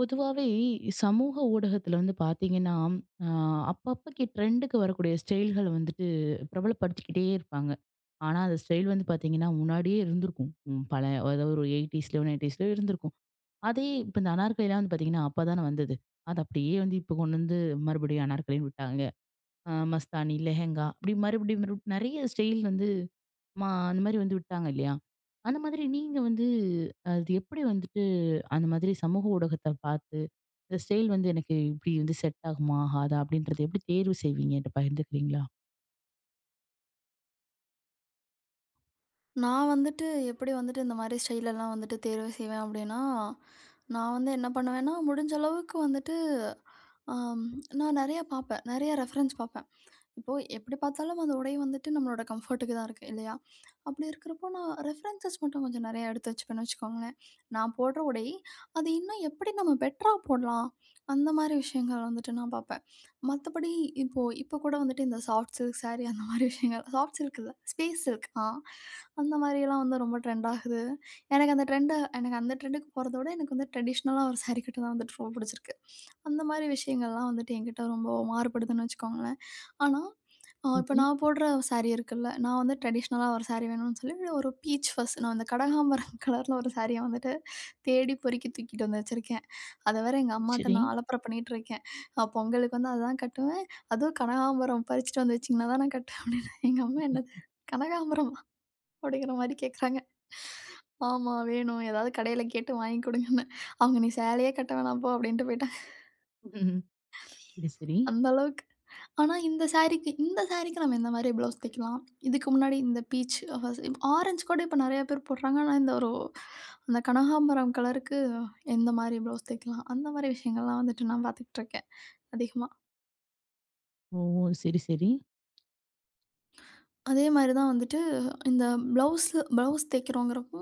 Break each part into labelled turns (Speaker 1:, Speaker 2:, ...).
Speaker 1: பொதுவாவே சமூக ஊடகத்துல வந்து பாத்தீங்கன்னா, அ அப்பப்பக்கி ட்ரெண்டுக்கு வரக்கூடிய ஸ்டைல்கள வந்துட்டு பிரபலப்படுத்திக்கிட்டே இருப்பாங்க. ஆனா, அந்த ஸ்டைல் வந்து பாத்தீங்கன்னா, முன்னாடியே இருந்திருக்கும். பழைய அதாவது ஒரு 80ஸ்லயோ, 90ஸ்லயோ இருந்திருக்கும். அதே இப்ப இந்த அனார்கலிலாம் வந்து பாத்தீங்கன்னா, அப்பதானே வந்தது. அது அப்படியே வந்து இப்ப கொண்டு வந்து மறுபடியும் அனார்கலின்னு விட்டாங்க. மஸ்தானி, லெஹெங்கா அப்படி மறுபடியும் நெறைய ஸ்டைல் வந்து அந்த மாரி வந்து விட்டாங்க இல்லையா? அந்த மாதிரி நீங்க வந்து அது எப்படி வந்துட்டு அந்த மாதிரி சமூக ஊடகத்த பார்த்து, இந்த ஸ்டைல் வந்து எனக்கு இப்படி வந்து செட் ஆகுமா? ஆகாதா? அப்படின்றத எப்படி தேர்வு செய்வீங்க? என்ட்ட பகிர்ந்துக்கிறீங்களா?
Speaker 2: நான் வந்துட்டு எப்படி வந்துட்டு இந்த மாரி ஸ்டைலெல்லாம் வந்துட்டு தேர்வு செய்வேன் அப்படின்னா, நான் வந்து என்ன பண்ணுவேன்னா, முடிஞ்ச அளவுக்கு வந்துட்டு, அம் நான் நெறையா பாப்பேன். நெறையா ரெஃபரன்ஸ் பாப்பேன். இப்போ எப்படி பார்த்தாலும் அந்த உடை வந்துட்டு நம்மளோட கம்ஃபர்ட்டுக்கு தான் இருக்கு இல்லையா? அப்படி இருக்கிறப்போ நான் ரெஃபரன்ஸஸ் மட்டும் கொஞ்சம் நெறையா எடுத்து வச்சுப்பேன்னு வச்சுக்கோங்களேன். நான் போடுற உடை அது இன்னும் எப்படி நம்ம பெட்டரா போடலாம்? அந்த மாரி விஷயங்கள் வந்துட்டு நான் பார்ப்பேன். மத்தபடி இப்போ இப்போ கூட வந்துட்டு இந்த சாஃப்ட் சில்க் சாரி அந்த மாரி விஷயங்கள் சாஃப்ட் சில்க் இல்ல ஸ்பேஸ் சில்க் அந்த மாரியெல்லாம் வந்து ரொம்ப ட்ரெண்ட் ஆகுது. எனக்கு அந்த ட்ரெண்ட எனக்கு அந்த ட்ரெண்டுக்கு போறத விட எனக்கு வந்து ட்ரெடிஷ்னலா ஒரு சாரி கட்ட தான் வந்துட்டு ரொம்ப பிடிச்சிருக்கு. அந்த மாரி விஷயங்கள்லாம் வந்துட்டு என்கிட்ட ரொம்ப மாறுபடுதுன்னு வச்சுக்கோங்களேன். ஆனா இப்ப
Speaker 1: சரி,
Speaker 2: நான் போடுற சாரி இருக்குல்ல, நான் வந்து ட்ரெடிஷ்னலா ஒரு சாரி வேணும்னு சொல்லி, ஒரு பீச் ஃபர்ஸ்ட் நான் அந்த கடகாம்பரம் கலர்ல ஒரு சாரிய வந்துட்டு தேடி பொறுக்கி தூக்கிட்டு வந்து வச்சிருக்கேன். அத வேற எங்க அம்மாட்ட
Speaker 1: சரி.
Speaker 2: நான் அலப்பற பண்ணிட்டுருக்கேன். பொங்கலுக்கு வந்து அதுதான் கட்டுவேன். "அதுவும் கனகாம்பரம் பறிச்சுட்டு வந்து வச்சீங்கன்னா தான் நான் கட்டுவேன்" அப்படின்னு. எங்க அம்மா என்னது "கனகாம்பரமா?" அப்படிங்கிற மாரி கேட்குறாங்க. ஆமா வேணும். ஏதாவது கடையில கேட்டு வாங்கி குடுங்கன்னேன். அவங்க "நீ சேலையே கட்ட வேணாம் போ" அப்படின்ட்டு போயிட்டாங்க.
Speaker 1: ம். சரி, சரி.
Speaker 2: அந்த அளவுக்கு. ஆனா, இந்த சாரீக்கு நம்ம இந்த மாரி ப்ளவுஸ் தைக்கலாம். இதுக்கு முன்னாடி இந்த பீச் ஆரஞ்சு கூட இப்ப நெறைய பேர் போடுறாங்க. ஆனா, இந்த ஒரு அந்த கனகாம்பரம் கலருக்கு எந்த மாரி ப்ளவுஸ் தைக்கலாம். அந்த மாரி விஷயங்கள்லாம் வந்துட்டு நான் பார்த்துக்கிட்டுருக்கேன் அதிகமா.
Speaker 1: ஓ! சரி, சரி.
Speaker 2: அதே மாரி தான் வந்துட்டு இந்த ப்ளவுஸ் தைக்கிறோங்கிறப்போ,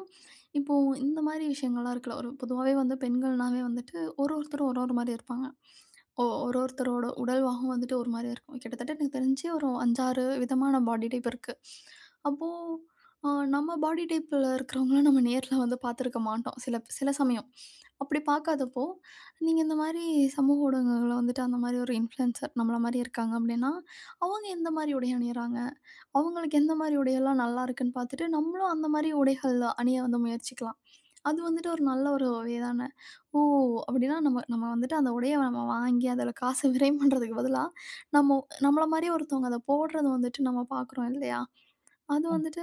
Speaker 2: இப்போ இந்த மாரி விஷயங்கள்லாம் இருக்குல்ல. ஒரு பொதுவாவே வந்து பெண்கள்னாவே வந்துட்டு ஒரு ஒருத்தரும் ஒரு ஒரு மாரி இருப்பாங்க. ஒ ஒரு ஒருத்தரோட உடல்வாகும் வந்துட்டு ஒரு மாரியா இருக்கும். கிட்டத்தட்ட எனக்கு தெரிஞ்சு ஒரு 5, 6 விதமான பாடி டைப் இருக்கு. அப்போ நம்ம பாடி டைப்ல இருக்கிறவங்கள நம்ம நேர்ல வந்து பார்த்துருக்க மாட்டோம். சில சில சமயம். அப்படி பார்க்காதப்போ, நீங்க இந்த மாரி சமூக ஊடகங்கள்ல வந்துட்டு அந்த மாரி ஒரு இன்ஃப்ளூயன்சர் நம்மள மாரி இருக்காங்க அப்படின்னா, அவங்க எந்த மாரி உடை அணியிறாங்க? அவங்களுக்கு எந்த மாரி உடையெல்லாம் நல்லாருக்குன்னு பார்த்துட்டு, நம்மளும் அந்த மாரி உடைகள் அணிய வந்து முயற்சிக்கலாம். அது வந்துட்டு ஒரு நல்ல ஒரு வே தான. ஓ! அப்படின்னா நம்ம நம்ம வந்துட்டு அந்த உடைய நம்ம வாங்கி அதில காசு விரயம் பண்றதுக்கு பதிலா, நம்ம நம்மள மாரியே ஒருத்தவங்க அத போடுறது வந்துட்டு நம்ம பார்க்குறோம் இல்லையா? அது வந்துட்டு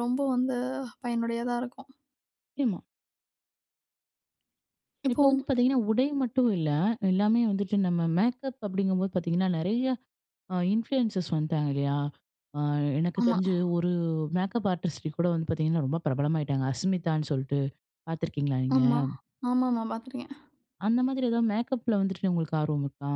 Speaker 2: ரொம்ப வந்து பயனுடையதா இருக்கும்.
Speaker 1: நிச்சயமா.
Speaker 2: இப்போ
Speaker 1: இப்போ வந்து பார்த்தீங்கன்னா, உடை மட்டும் இல்ல. எல்லாமே வந்துட்டு நம்ம மேக்கப் அப்படிங்கும்போது பார்த்தீங்கன்னா, நெறைய இன்ஃப்ளூயன்சர்ஸ் வந்துட்டாங்க இல்லையா? அ எனக்கு
Speaker 2: ஆமா,
Speaker 1: தெரிஞ்சு ஒரு மேக்கப் ஆர்டிஸ்ட் கூட வந்து பார்த்தீங்கன்னா, ரொம்ப பிரபலமாயிட்டாங்க. அஸ்மிதான்னு சொல்ட்டு பார்த்துருக்கீங்களா நீங்க?
Speaker 2: ஆமா, ஆமாமா பார்த்துருக்கேன்.
Speaker 1: அந்த மாதிரி ஏதாவது மேக்கப்ல வந்துட்டு உங்களுக்கு ஆர்வம் இருக்கா?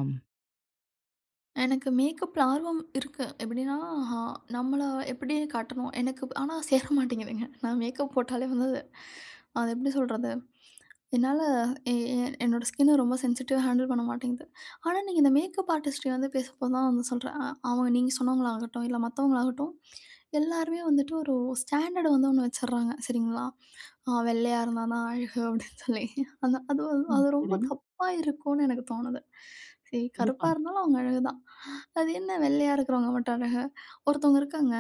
Speaker 2: எனக்கு மேக்கப்ல ஆர்வம் இருக்கு. எப்படின்னா, ஹா நம்மள எப்படி காட்டணும்? எனக்கு ஆனா சேர மாட்டேங்குதுங்க. நான் மேக்கப் போட்டாலே வந்து அது அது எப்படி சொல்றது? என்னால எ எ என்னோட ஸ்கின்ன ரொம்ப சென்சிட்டிவா ஹேண்டில் பண்ண மாட்டேங்குது. ஆனா, நீங்க இந்த மேக்கப் ஆர்டிஸ்ட்ட வந்து பேசப்போ தான் வந்து சொல்றேன். அவங்க நீங்க சொன்னவங்களாகட்டும், இல்ல மத்தவங்களாகட்டும், எல்லாருமே வந்துட்டு ஒரு ஸ்டாண்டர்ட் வந்து ஒண்ணு வச்சுடுறாங்க. சரிங்களா? வெள்ளையா இருந்தா தான் அழகு அப்படின்னு சொல்லி.
Speaker 1: ம்.
Speaker 2: அது ரொம்ப
Speaker 1: சரி.
Speaker 2: தப்பா இருக்கும்னு எனக்கு தோணுது. சரி கருப்பா
Speaker 1: கண்டிப்பா.
Speaker 2: இருந்தாலும் அவங்க அழகு தான். அது என்ன வெள்ளையா இருக்கிறவங்க மட்டும் அழகு? ஒருத்தவங்க இருக்காங்க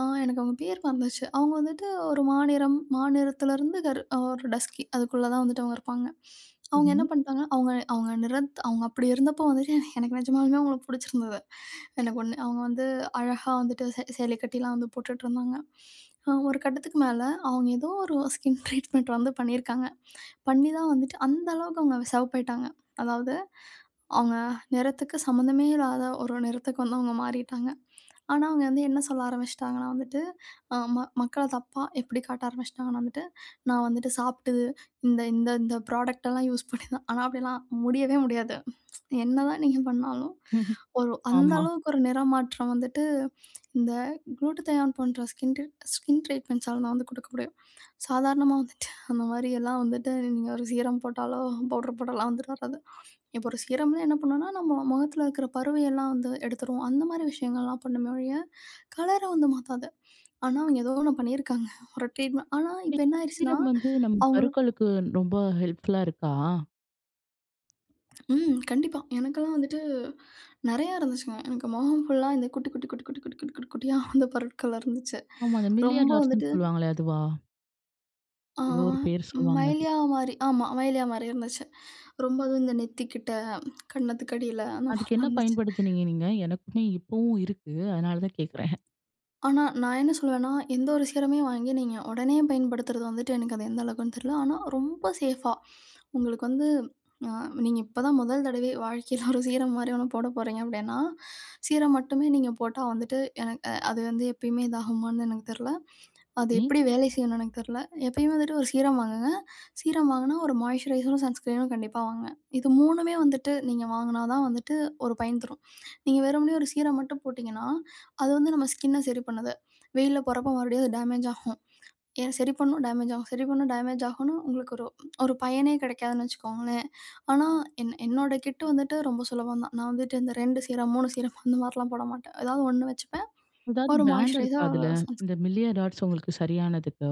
Speaker 2: எனக்கு அவங்க பேர் மறந்துருச்சு. அவங்க வந்துட்டு ஒரு மாநிறம், மாநிறத்திலருந்து கரு ஒரு டஸ்கி அதுக்குள்ள தான் வந்துட்டு அவங்க இருப்பாங்க. அவங்க என்ன
Speaker 1: சரி.
Speaker 2: பண்ணிட்டாங்க, அவங்க அவங்க அவங்க அப்படி இருந்தப்போ வந்துட்டு எனக்கு எனக்கு நிஜமாலுமே அவங்கள புடிச்சிருந்தது. எனக்கு ஒண்ணு அவங்க வந்து அழகா வந்துட்டு சேலை கட்டிலாம் வந்து போட்டுட்ருந்தாங்க. ஒரு கட்டத்துக்கு மேல அவங்க ஏதோ ஒரு ஸ்கின் ட்ரீட்மெண்ட் வந்து பண்ணியிருக்காங்க. பண்ணி தான் வந்துட்டு அந்த அளவுக்கு அவங்க சிவப்பாயிட்டாங்க. அதாவது அவங்க நிறத்துக்கு சம்மந்தமே இல்லாத ஒரு நிறத்துக்கு வந்து அவங்க மாறிட்டாங்க. ஆனா, அவங்க வந்து என்ன சொல்ல ஆரம்பிச்சுட்டாங்கன்னா வந்துட்டு, அ ம மக்கள தப்பா எப்படி காட்ட ஆரம்பிச்சுட்டாங்கன்னா வந்துட்டு, நான் வந்துட்டு சாப்பிட்டது இந்த இந்த இந்த ப்ராடக்ட் எல்லாம் யூஸ் பண்ணி தான் ஆனா அப்படிலாம் முடியவே முடியாது. என்னதான் நீங்க பண்ணாலும்,
Speaker 1: ம்ஹ்ம்.
Speaker 2: ஒரு அந்த
Speaker 1: ஆமா.
Speaker 2: அளவுக்கு ஒரு நிறமாற்றம் வந்துட்டு இந்த குளூட்டதயான் போன்ற ஸ்கின் ட்ரீட்மெண்ட்ஸால தான் வந்து குடுக்க முடியும். சாதாரணமா வந்துட்டு அந்த மாரி எல்லாம் வந்துட்டு நீங்க ஒரு சீரம் போட்டாலோ, பவுடர் போட்டாலாம் வந்துட்டு வராது. இப்போ ஒரு சீரம்னா என்ன பண்ணும்னா, நம்ம முகத்துல இருக்கிற பருவையெல்லாம் வந்து எடுத்துரும். அந்த மாரி விஷயங்கள்லாம் பண்ணுமே ஒழிய, கலர வந்து மாத்தாது. ஆனா, அவங்க ஏதோ ஒண்ணு பண்ணியிருக்காங்க. ஒரு ட்ரீட்மெண்ட் ஆனா,
Speaker 1: இந்த
Speaker 2: இப்ப என்ன ஆயிருச்சுன்னா,
Speaker 1: ஈரம் வந்து நம்ம
Speaker 2: அவங்களும்
Speaker 1: பருக்களுக்கு ரொம்ப ஹெல்ப்ஃபுல்லா இருக்கா?
Speaker 2: ம். கண்டிப்பா. எனக்கெல்லாம் வந்துட்டு நெறையா இருந்துச்சுங்க. எனக்கு முகம் ஃபுல்லா இந்த குட்டி, குட்டி, குட்டி, குட்டி, குட்டி, குட்டி, குட்டி குட்டியா அந்த பொருட்கள் இருந்துச்சு.
Speaker 1: ஆமா. அந்த
Speaker 2: ரொம்ப
Speaker 1: மில்லியர் டாட்ஸ்ன்னு
Speaker 2: வந்துட்டு
Speaker 1: சொல்லுவாங்களே அதுவா?
Speaker 2: ஆ
Speaker 1: ஏதோ ஒரு பேர் சொல்லுவாங்க அது.
Speaker 2: மயிலியா மாரி ஆமா. மயிலியா மாரி இருந்துச்சு. ரொம்ப அதுவும் இந்த நெத்திக்கிட்ட, கண்ணத்துக்கடியில அந்த
Speaker 1: அதுக்கு
Speaker 2: மாரிலாம்
Speaker 1: என்ன
Speaker 2: இருந்துச்சு.
Speaker 1: பயன்படுத்துனீங்க நீங்க? எனக்குமே இப்பவும் இருக்கு. அதனால தான் கேட்குறேன்.
Speaker 2: ஆனா, நான் என்ன சொல்லுவேன்னா, எந்த ஒரு சீரமே வாங்கி நீங்க உடனே பயன்படுத்துறது வந்துட்டு எனக்கு அது எந்த அளவுக்குன்னு தெரியல. ஆனா, ரொம்ப சேஃபா உங்களுக்கு வந்து அ நீங்க இப்ப தான் முதல் தடவை வாழ்க்கையில ஒரு சீரம் மாரி ஒண்ணு போட போறீங்க அப்படின்னா, சீரம் மட்டுமே நீங்க போட்டா வந்துட்டு எனக்கு அது வந்து எப்பயுமே இதாகுமான்னு எனக்கு தெரியல. அது
Speaker 1: சரி.
Speaker 2: எப்படி வேலை செய்யணும்னு எனக்கு தெரியல. எப்பயும் வந்துட்டு ஒரு சீரம் வாங்குங்க. சீரம் வாங்குனா ஒரு மாய்ஸ்சரைசரும், சன்ஸ்கிரீனும் கண்டிப்பா வாங்குங்க. இது 3மே வந்துட்டு நீங்க வாங்குனா தான் வந்துட்டு ஒரு பயன் தரும். நீங்க வெறுமனே ஒரு சீரம் மட்டும் போட்டீங்கன்னா, அது வந்து நம்ம ஸ்கின்ன சரி பண்ணாது. வெயில்ல போடுறப்போ மறுபடியும் அது டேமேஜ் ஆகும். ஏன் சரி பண்ணும் டேமேஜ் ஆகும், சரி பண்ணும் டேமேஜ் ஆகும்னு உங்களுக்கு ஒரு ஒரு பயனே கிடைக்காதுன்னு வச்சுக்கோங்களேன். ஆனா என்னோட கிட் வந்துட்டு ரொம்ப சுலபம் தான். நான் வந்துட்டு இந்த 2 சீரம், 3 சீரம் அந்த மாரிலாம் போட மாட்டேன். ஏதாவது 1 வச்சுப்பேன்.
Speaker 1: ஏதாவது
Speaker 2: ஒரு
Speaker 1: பிராண்ட் இருக்கா
Speaker 2: மாய்ஸ்சரைசர், ஒரு
Speaker 1: அதுல?
Speaker 2: சன்ஸ்கிரீன்
Speaker 1: இந்த மில்லியர் டாட்ஸ் உங்களுக்கு சரியானதுக்கு?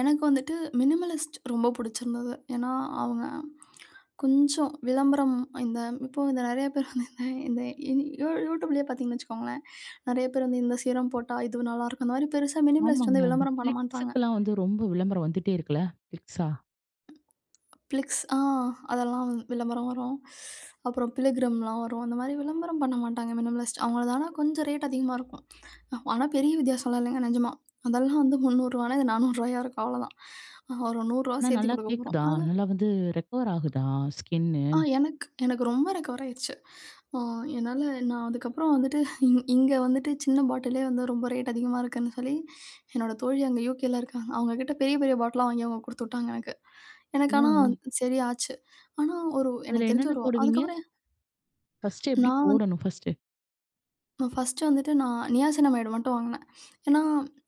Speaker 2: எனக்கு வந்துட்டு மினிமலிஸ்ட் ரொம்ப புடிச்சிருந்தது. ஏன்னா, அவங்க கொஞ்சம் விளம்பரம் இந்த இப்போ இந்த நெறைய பேர் வந்து இந்த இந்த இனி யூடியூப்லயே பார்த்தீங்கன்னு வச்சுக்கோங்களேன், நெறைய பேர் வந்து இந்த சீரம் போட்டா இது நல்லாயிருக்கும். அந்த மாரி பெருசா மினிமலிஸ்ட்
Speaker 1: ஆமாங்க.
Speaker 2: வந்து
Speaker 1: அந்த
Speaker 2: விளம்பரம் பண்ண மாட்டாங்க.
Speaker 1: ஃபிளிக்ஸுக்கெல்லாம் வந்து ரொம்ப விளம்பரம் வந்துட்டே இருக்குல்ல? ஃபிளிக்ஸா?
Speaker 2: பிளிக்ஸ் ஆ அதெல்லாம் வந்து விளம்பரம் வரும். அப்புறம் பிலிகிரிம்லாம் வரும். அந்த மாரி விளம்பரம் பண்ண மாட்டாங்க மினிமலிஸ்ட். அவங்களது ஆனா கொஞ்சம் ரேட் அதிகமா இருக்கும். ஆனா பெரிய வித்தியாசம்லாம் இல்லைங்க நிஜமா. அதெல்லாம் வந்து ரூ. 300 இது ரூ. 400 இருக்கும் அவ்வளோதான். ஒரு ரூ. 100
Speaker 1: ஆனா
Speaker 2: சேர்த்தி
Speaker 1: நல்லா
Speaker 2: குடுக்க போறோம்.
Speaker 1: கேக்குதா?
Speaker 2: அது
Speaker 1: நல்லா வந்து ரெக்கவர் ஆகுதா ஸ்கின்னு?
Speaker 2: எனக்கு எனக்கு ரொம்ப ரெக்கவர் ஆயிருச்சு. ஆ என்னால நான் அதுக்கப்புறம் வந்துட்டு இங்க வந்துட்டு சின்ன பாட்டிலே வந்து ரொம்ப ரேட் அதிகமா இருக்குன்னு சொல்லி, என்னோட தோழி அங்க யூகேல இருக்காங்க. அவங்க கிட்ட பெரிய பெரிய பாட்டிலா வாங்கி அவங்க குடுத்துட்டாங்க எனக்கு.
Speaker 1: ஓ!
Speaker 2: எனக்கு ஆனா சரி ஆச்சு. ஆனா ஒரு
Speaker 1: அதுல
Speaker 2: எனக்கு தெரிஞ்ச
Speaker 1: என்னென்ன
Speaker 2: ஒரு
Speaker 1: போடுவீங்க?
Speaker 2: அதுக்கப்புறம்
Speaker 1: ஃபர்ஸ்ட்டு எப்படி
Speaker 2: நான் வந்து
Speaker 1: போடணும் ஃபர்ஸ்ட்டு?
Speaker 2: ஃபர்ஸ்ட்டு வந்துட்டு நான் நியாசினமைடு மட்டும் வாங்குனேன். ஏன்னா,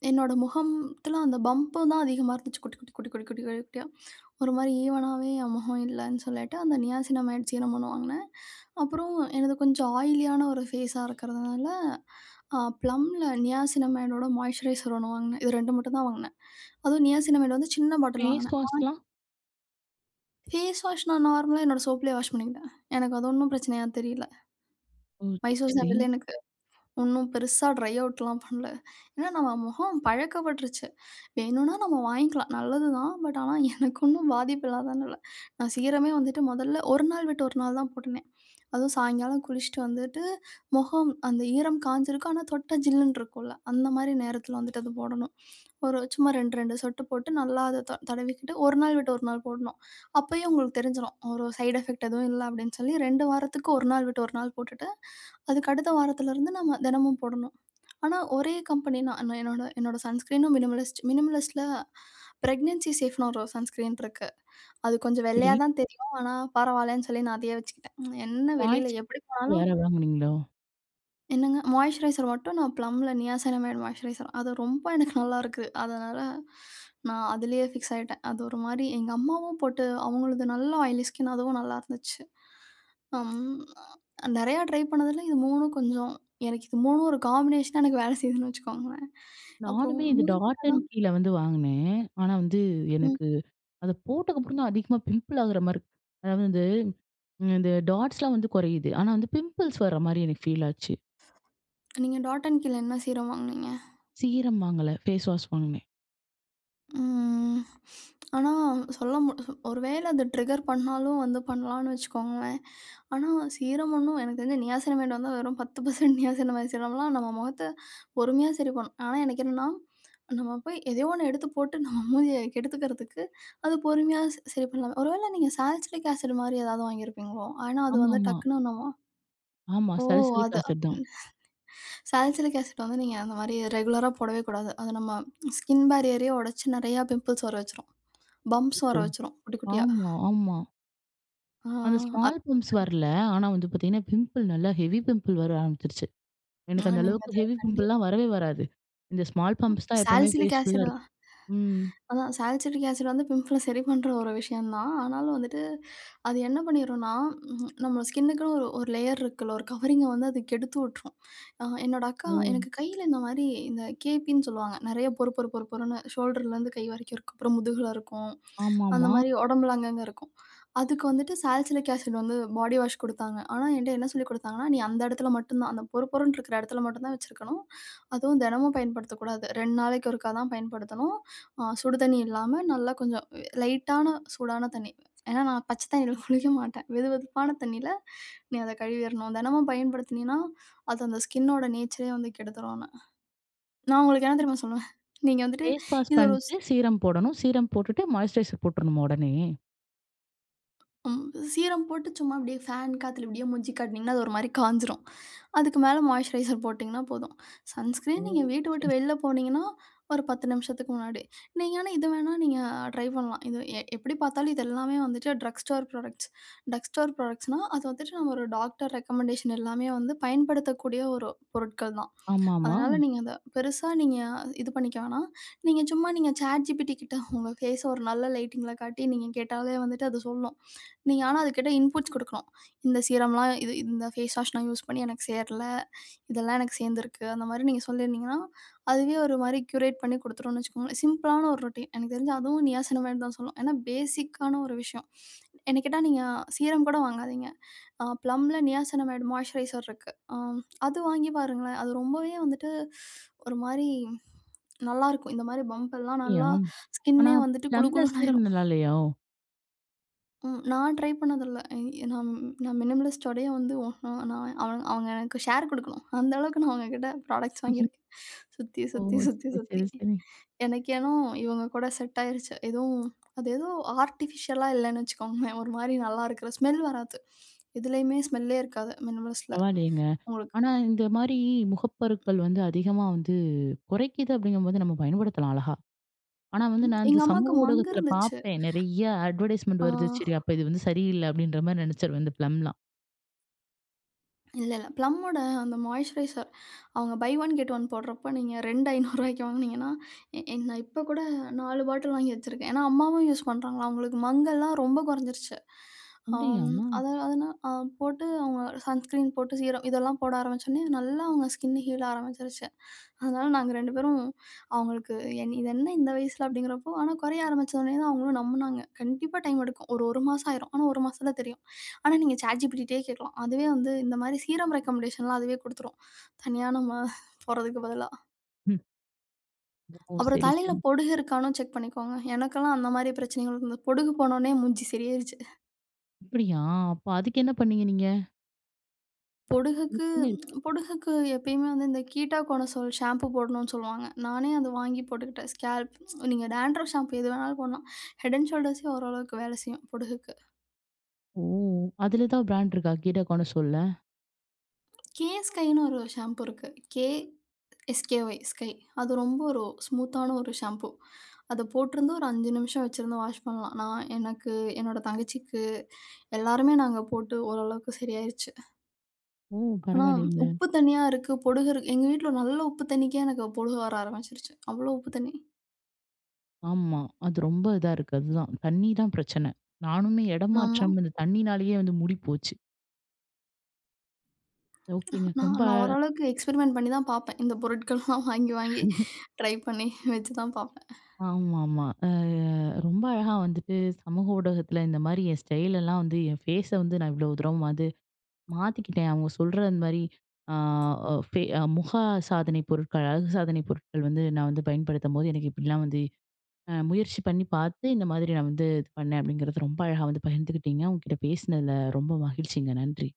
Speaker 2: என்னோட முகத்துல அந்த பம்பு தான் அதிகமா இருந்துச்சு. குட்டி குட்டி குட்டி குட்டி குட்டி குட்டி குட்டியா. ஒரு மாரி ஈவனாவே என் முகம் இல்லன்னு சொல்லிட்டு, அந்த நியாசினமைட் சீரமும் வாங்குனேன். அப்புறம் எனது கொஞ்சம் ஆயிலியான ஒரு ஃபேஸா இருக்கிறதுனால, ப்ளம்ல நியாசினமைடோட மாய்ஸ்சரைசர் ஒண்ணு வாங்குனேன். இது 2 மட்டும் தான் வாங்குனேன். அதுவும் நியாசினமைட் வந்து சின்ன பாட்டில்
Speaker 1: ஃபேஸ்
Speaker 2: வாங்குனேன்.
Speaker 1: வாஷ்லாம்?
Speaker 2: ஃபேஸ் வாஷ் நான் நார்மலா என்னோட சோப்லயே வாஷ் பண்ணிக்கிட்டேன். எனக்கு அது ஒண்ணும் பிரச்சனையா தெரியல.
Speaker 1: ஓ! சரி,
Speaker 2: மைசூர்
Speaker 1: சரி.
Speaker 2: சாண்டலே எனக்கு ஒண்ணும் பெருசா ட்ரை அவுட்லாம் பண்ணல. ஏன்னா நம்ம முகம் பழக்கப்பட்டுருச்சு. வேணும்னா நம்ம வாங்கிக்கலாம். நல்லது தான். பட் ஆனா எனக்கு ஒண்ணும் பாதிப்பு இல்லாதனால, நான் சீரமே வந்துட்டு முதல்ல 1 நாள் விட்டு 1 நாள் தான் போட்டுனேன். அதுவும் சாயங்காலம் குளிச்சுட்டு வந்துட்டு, முகம் அந்த ஈரம் காய்ஞ்சிருக்கும். ஆனா தொட்டா ஜில்லுன்னு இருக்கும்ல, அந்த மாரி நேரத்தில வந்துட்டு அது போடணும். ஒரு சும்மா 2, 2 சொட்டு போட்டு நல்லா அத தடவிக்கிட்டு 1 நாள் விட்டு 1 நாள் போடணும். அப்பயே உங்களுக்கு தெரிஞ்சிரும். ஒரு சைட் எஃபெக்ட் எதுவும் இல்ல அப்படின்னு சொல்லி 2 வாரத்துக்கு 1 நாள் விட்டு 1 நாள் போட்டுட்டு அதுக்கு அடுத்த வாரத்துலருந்து நம்ம தினமும் போடணும். ஆனா ஒரே கம்பெனி நான் நான் என்னோட என்னோட சன்ஸ்கிரீனும் மினிமலிஸ்ட். மினிமலிஸ்ட்ல பிரெக்னன்சி சேஃப்னு ஒரு சன்ஸ்கிரீன் இருக்கு. அது கொஞ்சம் வெள்ளையா
Speaker 1: சரி.
Speaker 2: தான் தெரியும். ஆனா பரவாயில்லன்னு சொல்லி நான் அதையே வச்சுக்கிட்டேன். என்ன வெளியில
Speaker 1: மாய்ஸ்சர்
Speaker 2: எப்படி போனாலும்
Speaker 1: வேற வாங்குனீங்களோ?
Speaker 2: என்னங்க மாய்ஸ்சரைசர் மட்டும் நான் ப்ளம்ல நியாசினமைடு மாய்ஸ்சரைசர் அது ரொம்ப எனக்கு நல்லா இருக்கு. அதனால நான் அதிலேயே ஃபிக்ஸ் ஆயிட்டேன். அது ஒரு மாரி எங்க அம்மாவும் போட்டு அவங்களது நல்ல ஆயிலி ஸ்கின் அதுவும் நல்லா இருந்துச்சு. அம் நெறையா ட்ரை பண்ணதில இது 3ம் கொஞ்சம் எனக்கு இது 3ம் ஒரு காம்பினேஷனா எனக்கு வேலை செய்யுதுன்னு வச்சுக்கோங்களேன். அப்புறம்
Speaker 1: நானுமே இந்த
Speaker 2: முதுகு
Speaker 1: டாட் அண்ட் கீல வந்து வாங்குனேன். ஆனா வந்து
Speaker 2: ம்.
Speaker 1: எனக்கு அத போட்டதுக்கப்புறம் தான் அதிகமா பிம்பிள் ஆகுற மாரி இருக்கு. அதாவது வந்து இந்த டாட்ஸ்லாம் வந்து குறையுது. ஆனா வந்து பிம்பிள்ஸ் வர்ற மாரி எனக்கு ஃபீல் ஆச்சு.
Speaker 2: நீங்க டாட் அண்ட் கீல என்ன சீரம் வாங்குனீங்க?
Speaker 1: சீரம் வாங்கல. ஃபேஸ் வாஷ் வாங்குனேன்.
Speaker 2: ம். ஆனா, சொல்ல மு ஒரு வேள அது ட்ரிகர் பண்ணாலும் வந்து பண்ணலான்னு வச்சுக்கோங்களேன். ஆனா, சீரமுன்னும் எனக்கு தெரிஞ்சு நியாசினமைட் வந்து வெறும் 10% நியாசினமைட் சீரம்லாம் நம்ம முகத்த பொறுமையா சரி பண்ணும். ஆனா, எனக்கு என்னன்னா, நம்ம போய் எதையோ ஒண்ணு எடுத்து போட்டு நம்ம மூஞ்சிய கெடுத்துக்கிறதுக்கு, அது பொறுமையா சரி பண்ணலாம். ஒரு வேள நீங்க சால்சிலிக் ஆசிட் மாரி ஏதாவது வாங்கியிருப்பீங்களோ? ஏன்னா, அது வந்து
Speaker 1: ஆமாமா.
Speaker 2: டக்குனு நம்ம
Speaker 1: ஆமா.
Speaker 2: ஓ!
Speaker 1: சலசலிக்
Speaker 2: அது
Speaker 1: ஆசிட் தான்.
Speaker 2: சால்சிலிக் ஆசிட் வந்து நீங்க அந்த மாரி ரெகுலரா போடவே கூடாது. அது நம்ம ஸ்கின் பேரியரயே உடைச்சு நெறையா பிம்பிள்ஸ் வர வச்சுரும். பம்ப்ஸ் வர
Speaker 1: அச்சச்சோ!
Speaker 2: வச்சுரும் குட்டி, குட்டியா.
Speaker 1: ஆமா, ஆமா.
Speaker 2: ஆ
Speaker 1: அந்த
Speaker 2: அது
Speaker 1: ஸ்மால் பிம்ப்ஸ் வரல. ஆனா வந்து பார்த்தீங்கன்னா, பிம்பிள் நல்லா ஹெவி பிம்பிள் வர ஆரம்பிச்சுருச்சு.
Speaker 2: ஆ,
Speaker 1: எனக்கு அந்த
Speaker 2: நீங்க
Speaker 1: அளவுக்கு
Speaker 2: அத
Speaker 1: ஹெவி
Speaker 2: கண்டிப்
Speaker 1: பிம்பிள்லாம் வரவே வராது. இந்த ஸ்மால் பம்ப்ஸ் தான் எப்பவுமே
Speaker 2: சாலிசிலிக்
Speaker 1: ஃபேஸ் ஃபுல்லா
Speaker 2: ஆசிட்
Speaker 1: இருக்கும். ம்.
Speaker 2: அதான் சாலிசிலிக் ஆசிட் வந்து பிம்பிள சரி பண்ற ஒரு விஷயம் தான். ஆனாலும் வந்துட்டு, அது என்ன பண்ணிரும்னா, ம், நம்ம ஸ்கின்னுக்குன்னு ஒரு ஒரு லேயர் இருக்குல்ல, ஒரு கவரிங்க வந்து அது கெடுத்து விட்டுரும். என்னோட அக்கா
Speaker 1: ஓ!
Speaker 2: எனக்கு கையில இந்த மாரி இந்த கேபின்னு சொல்லுவாங்க. நெறைய பொறு பொறு பொறு பொறுன்னு ஷோல்டர்லேருந்து கை வரைக்கும் இருக்கும். அப்புறம் முதுகுல இருக்கும். அந்த
Speaker 1: ஆமாமா.
Speaker 2: மாரி உடம்புல அங்கங்க இருக்கும். அதுக்கு வந்துட்டு சால்சிலிக் ஆசிட் வந்து பாடி வாஷ் குடுத்தாங்க. ஆனா என்ட்ட என்ன சொல்லிக் குடுத்தாங்கன்னா, "நீ அந்த இடத்துல மட்டும் தான் அந்த பொறு பொறுன்னு இருக்கிற இடத்துல மட்டும் தான் வச்சிருக்கணும். அதுவும் தினமும் பயன்படுத்தக்கூடாது. 2 நாளைக்கு ஒருக்கா தான் பயன்படுத்தணும். சுடு தண்ணி இல்லாம நல்லா கொஞ்சம் லைட்டான சூடான தண்ணி." ஏன்னா நான் பச்சை தண்ணியில குளிக்க மாட்டேன். வெது வெதுப்பான தண்ணியில நீ அத கழுவிறணும். தினமும் பயன்படுத்தினீன்னா, அது அந்த ஸ்கின்னோட நேச்சரே வந்து கெடுத்துரும்னு. நான் அவங்களுக்கு என்ன தெரியுமா சொல்லுவேன்? நீங்க வந்துட்டு
Speaker 1: ஃபேஸ் வாஷ்
Speaker 2: இது ஒரு
Speaker 1: பண்ணிட்டு சீரம் போடணும். சீரம் போட்டுட்டு மாய்ஸ்சரைசர் போட்டுறணுமா உடனே?
Speaker 2: ம். சீரம் போட்டு சும்மா அப்படியே ஃபேன் காத்துல இப்படியே மூஞ்சி காட்டுனீங்கன்னா, அது ஒரு மாரி காய்ஞ்சிரும். அதுக்கு மேல மாய்ஸ்சரைசர் போட்டிங்கன்னா போதும்.
Speaker 1: ஓ!
Speaker 2: சன்ஸ்கிரீன் நீங்க வீட்ட விட்டு
Speaker 1: சரி, சரி.
Speaker 2: வெளில போனீங்கன்னா, ஒரு 10 நிமிஷத்துக்கு முன்னாடி. நீங்க ஆனா இது வேணா நீங்க ட்ரை பண்ணலாம். இது எப்படி பார்த்தாலும் இது எல்லாமே வந்துட்டு drug store products. Drug store ப்ராடக்ட்ஸ்னா, அது வந்துட்டு நம்ம ஒரு டாக்டர் ரெக்கமெண்டேஷன் எல்லாமே வந்து பயன்படுத்தக்கூடிய ஒரு பொருட்கள் தான்.
Speaker 1: ஆமாமா.
Speaker 2: அதனால நீங்க அத பெருசா நீங்க இது பண்ணிக்க வேணாம். நீங்க சும்மா நீங்க Chat GPT கிட்ட உங்க ஃபேஸ ஒரு நல்ல லைட்டிங்ல காட்டி நீங்க கேட்டாலே வந்துட்டு அது சொல்லும். நீங்க ஆனா அதுக்கிட்ட இன்புட்ஸ் குடுக்கணும். இந்த சீரம்லாம் இது இந்த ஃபேஸ் வாஷ் நான் யூஸ் பண்ணி எனக்கு சேரல. இதெல்லாம் எனக்கு சேர்ந்திருக்கு. அந்த மாரி நீங்க சொல்லியிருந்தீங்கன்னா, அதுவே ஒரு மாரி க்யூரேட் பண்ணி குடுத்துரும்னு வச்சுக்கோங்களேன். சிம்பிளான ஒரு ரொட்டீன். எனக்கு தெரிஞ்சு அதுவும் நியாசனமேட் தான் சொல்லும். ஏன்னா பேசிக்கான ஒரு விஷயம். என்ன கேட்டா நீங்க சீரம் கூட வாங்காதீங்க. Plumல நியாசனமேட் மாய்ஸ்சரைசர் இருக்கு. அது வாங்கி பாருங்களேன். அது ரொம்பவே வந்துட்டு ஒரு மாரி நல்லாருக்கும். இந்த மாரி பம்ப் எல்லாம்
Speaker 1: அப்படியா?
Speaker 2: நல்லா
Speaker 1: ஆனா
Speaker 2: ஸ்கின்னே வந்துட்டு குளு
Speaker 1: ப்ளம்ல
Speaker 2: குளுன்னு
Speaker 1: சீரம்
Speaker 2: ஆயிரும்.
Speaker 1: நல்லா இல்லையா?
Speaker 2: ம். நான் ட்ரை பண்ணதில்ல. எ நான் நான் மினிமலிஸ்ட் உடைய வந்து நான் நான் அவங்க அவங்க எனக்கு ஷேர் குடுக்கணும். அந்த அளவுக்கு நான் அவங்க கிட்ட ப்ராடக்ட்ஸ் வாங்கியிருக்கேன். சுத்தி,
Speaker 1: ஓ!
Speaker 2: சுத்தி, சுத்தி,
Speaker 1: சரி,
Speaker 2: சுத்தி.
Speaker 1: சரி, சரி.
Speaker 2: எனக்கேனோ இவங்க கூட செட் ஆயிருச்சு. எதுவும் அது ஏதோ ஆர்டிஃபிஷியலா இல்லன்னு வச்சுக்கோங்களேன். ஒரு மாரி நல்லா இருக்கிற ஸ்மெல் வராது. எதுலயுமே ஸ்மெல்லே இருக்காது மினிமலிஸ்ட்ல
Speaker 1: பரவாயில்லையேங்க.
Speaker 2: உங்களுக்கு.
Speaker 1: ஆனா இந்த மாரி முகப்பருக்கள் வந்து அதிகமா வந்து குறைக்குது அப்படிங்கும்போது நம்ம பயன்படுத்தலாம் அழகா. ஆனா வந்து நான்
Speaker 2: எங்க
Speaker 1: இந்த
Speaker 2: அம்மாவுக்கு
Speaker 1: சமூக
Speaker 2: மங்கு
Speaker 1: ஊடகத்துல
Speaker 2: இருந்துச்சு.
Speaker 1: பார்ப்பேன். நெறைய
Speaker 2: ஆ.
Speaker 1: அட்வர்டைஸ்மென்ட் வருது. சரி அப்ப இது வந்து சரியில்ல அப்படின்ற மாரி நினைச்சிருவேன் இந்த ப்ளம்லாம்.
Speaker 2: இல்ல, இல்ல. "ப்ளம்மோட" அந்த மாய்ஸ்சரைசர் அவங்க பை ஒன் கெட் ஒன் போடுறப்ப நீங்க 2 ரூ. 500க்கு வாங்குனீங்கன்னா, எ எ நான் இப்ப கூட 4 பாட்டில் வாங்கி வச்சிருக்கேன். ஏன்னா அம்மாவும் யூஸ் பண்றாங்களா, அவங்களுக்கு மங்கல்லாம் ரொம்ப குறைஞ்சிருச்சு.
Speaker 1: அப்படியா?
Speaker 2: ஆம் அத அதனா அ போட்டு அவங்க சன்ஸ்கிரீன் போட்டு சீரம் இதெல்லாம் போட ஆரம்பிச்சோனே, நல்லா அவங்க ஸ்கின் ஹீல் ஆரம்பிச்சிருச்சு. அதனால நாங்க 2 பேரும் அவங்களுக்கு என் இது என்ன இந்த வயசுல அப்படிங்கிறப்போ, ஆனா குறைய ஆரம்பிச்சோனே தான் அவங்களும் நம்புனாங்க. கண்டிப்பா டைம் எடுக்கும். ஒரு 1 மாசம் ஆயிரும். ஆனா 1 மாசத்துல தெரியும். ஆனா நீங்க ChatGPTட்டயே கேட்கலாம். அதுவே வந்து இந்த மாரி சீரம் ரெக்கமெண்டேஷன்லாம் அதுவே குடுத்துரும். தனியா நம்ம போறதுக்கு பதிலா.
Speaker 1: ம். ஓ!
Speaker 2: அப்புறம்
Speaker 1: சரி,
Speaker 2: தலையில
Speaker 1: சரி.
Speaker 2: பொடுகு இருக்கான்னும் செக் பண்ணிக்கோங்க. எனக்கெல்லாம் அந்த மாரி பிரச்சனைகள் இருந்தது. பொடுகு போனோனே மூஞ்சி சரியாயிருச்சு.
Speaker 1: அப்படியா? அப்ப அதுக்கு என்ன பண்ணீங்க நீங்க?
Speaker 2: பொடுகுக்கு
Speaker 1: அதுக்குமே இருக்கு.
Speaker 2: பொடுகுக்கு எப்பயுமே வந்து இந்த கீட்டாகோனசோல் ஷாம்பு போடணும்னு சொல்லுவாங்க. நானே அது வாங்கி போட்டுக்கிட்டேன். ஸ்கேல்ப் நீங்க டாண்ட்ரஃப் ஷாம்பு எது வேணாலும் போடலாம். ஹெட் அண்ட் ஷோல்டர்ஸே ஓரளவுக்கு வேலை செய்யும் பொடுகுக்கு.
Speaker 1: ஓ! அதுல ஏதாவது பிராண்ட் இருக்கா? கீட கோனசோல்ல?
Speaker 2: கே ஸ்கைன்னு ஒரு ஷாம்பு இருக்கு. கே எஸ்கேஒய், ஸ்கை. அது ரொம்ப ஒரு ஸ்மூத்தான ஒரு ஷாம்பு. அத போட்டிருந்து ஒரு 5 நிமிஷம் வச்சிருந்து வாஷ் பண்ணலாம். நான், எனக்கு, என்னோட தங்கச்சிக்கு எல்லாருமே நாங்க போட்டு ஓரளவுக்கு சரியாயிருச்சு.
Speaker 1: ஓ!
Speaker 2: ஆனா,
Speaker 1: பரவாயில்லைங்க.
Speaker 2: உப்பு தண்ணியா இருக்கு, பொடுகு இருக்கு எங்க வீட்ல நல்ல உப்பு தண்ணிக்கே எனக்கு பொடுகு வர ஆரம்பிச்சுருச்சு. அவ்ளோ உப்பு தண்ணி.
Speaker 1: ஆமா. அது ரொம்ப இதா இருக்கு. அதுதான். தண்ணி தான் பிரச்சனை. நானுமே இடம்
Speaker 2: ஆமா.
Speaker 1: மாற்றம் இந்த தண்ணினாலேயே வந்து முடி போச்சு. ஓகேங்க.
Speaker 2: நான்
Speaker 1: ரொம்ப
Speaker 2: நான் ஓரளவுக்கு எக்ஸ்பெரிமெண்ட் பண்ணி தான் பார்ப்பேன். இந்த பொருட்கள்லாம் வாங்கி வாங்கி ட்ரை பண்ணி வச்சு தான் பார்ப்பேன்.
Speaker 1: ஆமாமா. ரொம்ப அழகா வந்துட்டு சமூக ஊடகத்துல இந்த மாரி என் ஸ்டைல் எல்லாம் வந்து என் ஃபேஸ வந்து நான் இவ்வளவு தூரம் வந்து மாத்திக்கிட்டேன். அவங்க சொல்ற அந்த மாரி ஆ அ ஃபே முக சாதனை பொருட்கள், அழகு சாதனை பொருட்கள் வந்து நான் வந்து பயன்படுத்தும்போது எனக்கு இப்படிலாம் வந்து முயற்சி பண்ணி பார்த்து, இந்த மாதிரி நான் வந்து இது பண்ணேன் அப்படிங்கிறது ரொம்ப அழகா வந்து பகிர்ந்துக்கிட்டீங்க. உங்ககிட்ட பேசினதுல ரொம்ப மகிழ்ச்சிங்க. நன்றி.